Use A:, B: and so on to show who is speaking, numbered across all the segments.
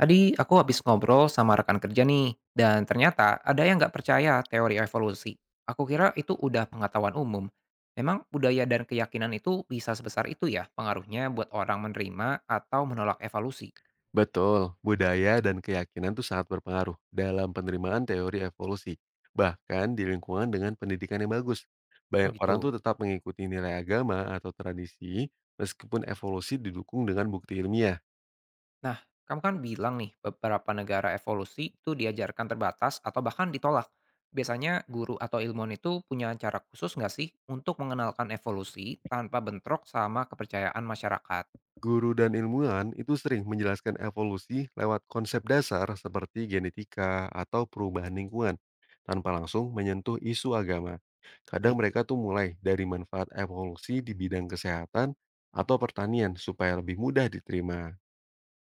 A: Tadi aku habis ngobrol sama rekan kerja nih, dan ternyata ada yang nggak percaya teori evolusi. Aku kira itu udah pengetahuan umum. Memang budaya dan keyakinan itu bisa sebesar itu ya pengaruhnya buat orang menerima atau menolak evolusi.
B: Betul, budaya dan keyakinan itu sangat berpengaruh dalam penerimaan teori evolusi, bahkan di lingkungan dengan pendidikan yang bagus.
A: Oh
B: Banyak orang
A: gitu.
B: tuh tetap mengikuti nilai agama atau tradisi meskipun evolusi didukung dengan bukti ilmiah.
A: Nah, kamu kan bilang nih beberapa negara evolusi itu diajarkan terbatas atau bahkan ditolak. Biasanya guru atau ilmuwan itu punya cara khusus nggak sih untuk mengenalkan evolusi tanpa bentrok sama kepercayaan masyarakat?
B: Guru dan ilmuwan itu sering menjelaskan evolusi lewat konsep dasar seperti genetika atau perubahan lingkungan, tanpa langsung menyentuh isu agama. Kadang
A: Baik.
B: mereka tuh mulai dari manfaat evolusi di bidang kesehatan atau pertanian supaya lebih mudah diterima.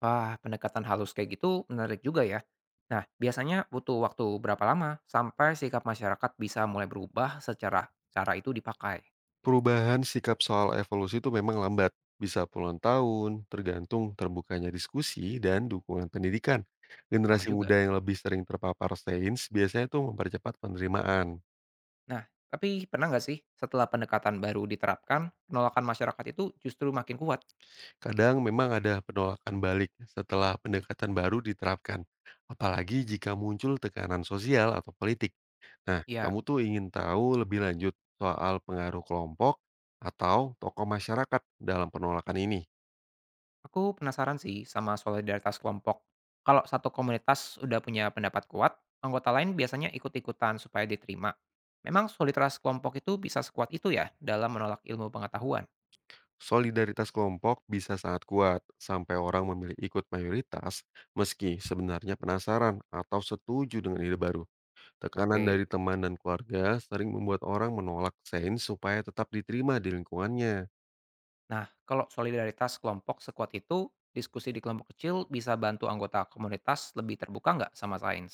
A: Wah, pendekatan halus kayak gitu menarik juga ya. Nah, biasanya butuh waktu berapa lama sampai sikap masyarakat bisa mulai berubah secara cara itu dipakai?
B: Perubahan sikap soal evolusi itu memang lambat, bisa puluhan tahun, tergantung terbukanya diskusi dan dukungan pendidikan.
A: Lama
B: Generasi
A: juga.
B: muda yang lebih sering terpapar sains biasanya tuh mempercepat penerimaan.
A: Nah, tapi pernah nggak sih setelah pendekatan baru diterapkan, penolakan masyarakat itu justru makin kuat?
B: Kadang memang ada penolakan balik setelah pendekatan baru diterapkan, apalagi jika muncul tekanan sosial atau politik. Nah, kamu
A: Ya,
B: tuh ingin tahu lebih lanjut soal pengaruh kelompok atau tokoh masyarakat dalam penolakan ini.
A: aku penasaran sih sama solidaritas kelompok. Kalau satu komunitas udah punya pendapat kuat, anggota lain biasanya ikut-ikutan supaya diterima. Memang solidaritas kelompok itu bisa sekuat itu ya dalam menolak ilmu pengetahuan.
B: Solidaritas kelompok bisa sangat kuat sampai orang memilih ikut mayoritas meski sebenarnya penasaran atau setuju dengan ide baru. Tekanan
A: Oke.
B: dari teman dan keluarga sering membuat orang menolak sains supaya tetap diterima di lingkungannya.
A: Nah, kalau solidaritas kelompok sekuat itu, diskusi di kelompok kecil bisa bantu anggota komunitas lebih terbuka nggak sama sains?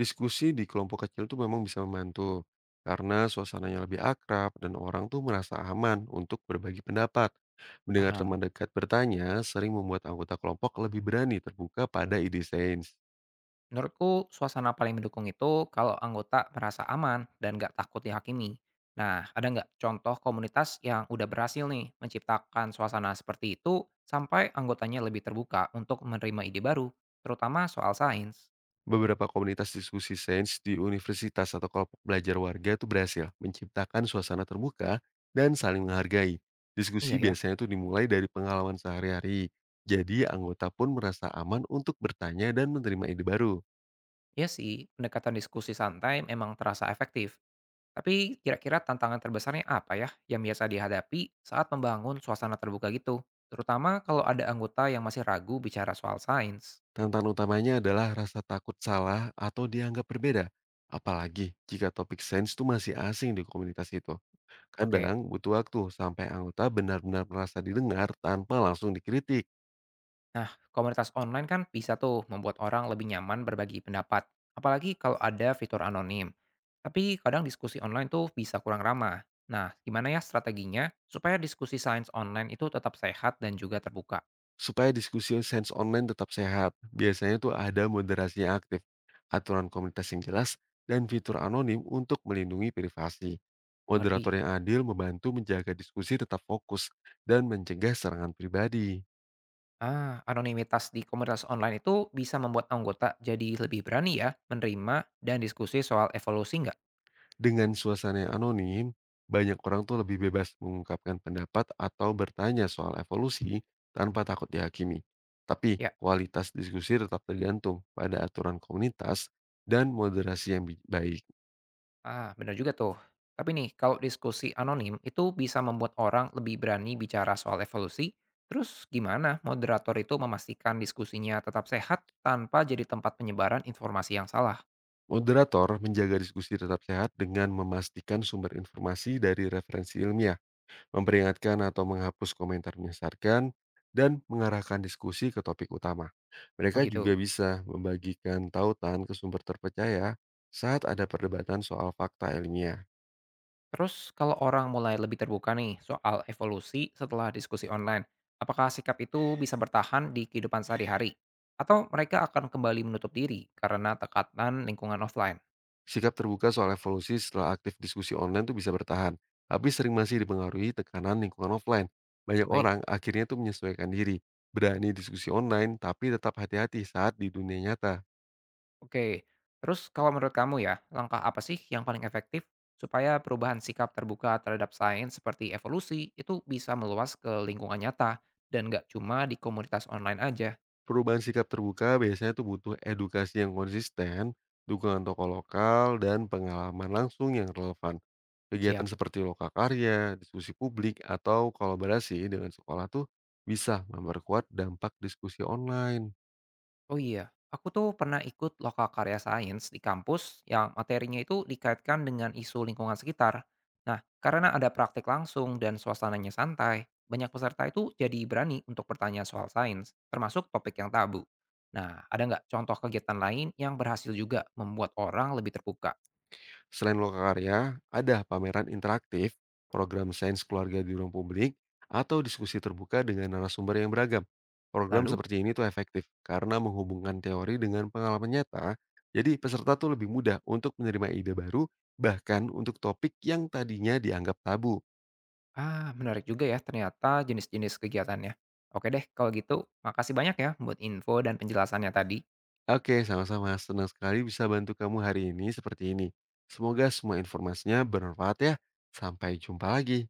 B: Diskusi di kelompok kecil tuh memang bisa membantu, karena suasananya lebih akrab dan orang tuh merasa aman untuk berbagi pendapat. Mendengar
A: Paham.
B: teman dekat bertanya sering membuat anggota kelompok lebih berani terbuka pada ide sains.
A: Menurutku, suasana paling mendukung itu kalau anggota merasa aman dan nggak takut dihakimi. Nah, ada nggak contoh komunitas yang udah berhasil nih menciptakan suasana seperti itu sampai anggotanya lebih terbuka untuk menerima ide baru, terutama soal sains?
B: Beberapa komunitas diskusi sains di universitas atau kelompok belajar warga itu berhasil menciptakan suasana terbuka dan saling menghargai. Diskusi
A: Iya ya.
B: biasanya tuh dimulai dari pengalaman sehari-hari, jadi anggota pun merasa aman untuk bertanya dan menerima ide baru.
A: Iya sih, pendekatan diskusi santai memang terasa efektif, tapi kira-kira tantangan terbesarnya apa ya yang biasa dihadapi saat membangun suasana terbuka gitu? Terutama kalau ada anggota yang masih ragu bicara soal sains.
B: Tantangan utamanya adalah rasa takut salah atau dianggap berbeda, apalagi jika topik sains itu masih asing di komunitas itu.
A: Oke,
B: Kadang butuh waktu sampai anggota benar-benar merasa didengar tanpa langsung dikritik.
A: nah komunitas online kan bisa tuh membuat orang lebih nyaman berbagi pendapat. Apalagi kalau ada fitur anonim. Tapi kadang diskusi online tuh bisa kurang ramah. Nah, gimana ya strateginya supaya diskusi sains online itu tetap sehat dan juga terbuka?
B: Supaya diskusi sains online tetap sehat, biasanya tuh ada moderasi yang aktif, aturan komunitas yang jelas, dan fitur anonim untuk melindungi privasi.
A: Mengerti?
B: Moderator yang adil membantu menjaga diskusi tetap fokus dan mencegah serangan pribadi.
A: Ah, anonimitas di komunitas online itu bisa membuat anggota jadi lebih berani ya menerima dan diskusi soal evolusi nggak?
B: Dengan suasana yang anonim, banyak orang tuh lebih bebas mengungkapkan pendapat atau bertanya soal evolusi tanpa takut dihakimi. Tapi
A: Ya,
B: kualitas diskusi tetap tergantung pada aturan komunitas dan moderasi yang baik.
A: ah benar juga tuh. Tapi nih, kalau diskusi anonim itu bisa membuat orang lebih berani bicara soal evolusi, terus gimana moderator itu memastikan diskusinya tetap sehat tanpa jadi tempat penyebaran informasi yang salah?
B: Moderator menjaga diskusi tetap sehat dengan memastikan sumber informasi dari referensi ilmiah, memperingatkan atau menghapus komentar menyesatkan, dan mengarahkan diskusi ke topik utama.
A: Oh
B: Mereka juga
A: gitu.
B: bisa membagikan tautan ke sumber terpercaya saat ada perdebatan soal fakta ilmiah.
A: Terus kalau orang mulai lebih terbuka nih soal evolusi setelah diskusi online, apakah sikap itu bisa bertahan di kehidupan sehari-hari? Atau mereka akan kembali menutup diri karena tekanan lingkungan offline?
B: Sikap terbuka soal evolusi setelah aktif diskusi online tuh bisa bertahan, tapi sering masih dipengaruhi tekanan lingkungan offline. Banyak
A: Baik,
B: orang akhirnya tuh menyesuaikan diri, berani diskusi online tapi tetap hati-hati saat di dunia nyata.
A: oke. Terus kalau menurut kamu ya, langkah apa sih yang paling efektif supaya perubahan sikap terbuka terhadap sains seperti evolusi itu bisa meluas ke lingkungan nyata dan nggak cuma di komunitas online aja?
B: Perubahan sikap terbuka biasanya tuh butuh edukasi yang konsisten, dukungan tokoh lokal, dan pengalaman langsung yang relevan. Kegiatan
A: Siap.
B: seperti lokakarya, diskusi publik, atau kolaborasi dengan sekolah tuh bisa memperkuat dampak diskusi online.
A: Oh iya, aku tuh pernah ikut lokal karya sains di kampus yang materinya itu dikaitkan dengan isu lingkungan sekitar. Nah, karena ada praktik langsung dan suasananya santai, banyak peserta itu jadi berani untuk bertanya soal sains, termasuk topik yang tabu. Nah, ada nggak contoh kegiatan lain yang berhasil juga membuat orang lebih terbuka?
B: Selain lokakarya, ada pameran interaktif, program sains keluarga di ruang publik, atau diskusi terbuka dengan narasumber yang beragam. Program
A: Lalu,
B: seperti ini tuh efektif karena menghubungkan teori dengan pengalaman nyata, jadi peserta tuh lebih mudah untuk menerima ide baru, bahkan untuk topik yang tadinya dianggap tabu.
A: ah menarik juga ya ternyata jenis-jenis kegiatannya. Oke deh, kalau gitu makasih banyak ya buat info dan penjelasannya tadi.
B: Oke, sama-sama. Senang sekali bisa bantu kamu hari ini seperti ini. Semoga semua informasinya bermanfaat ya. Sampai jumpa lagi.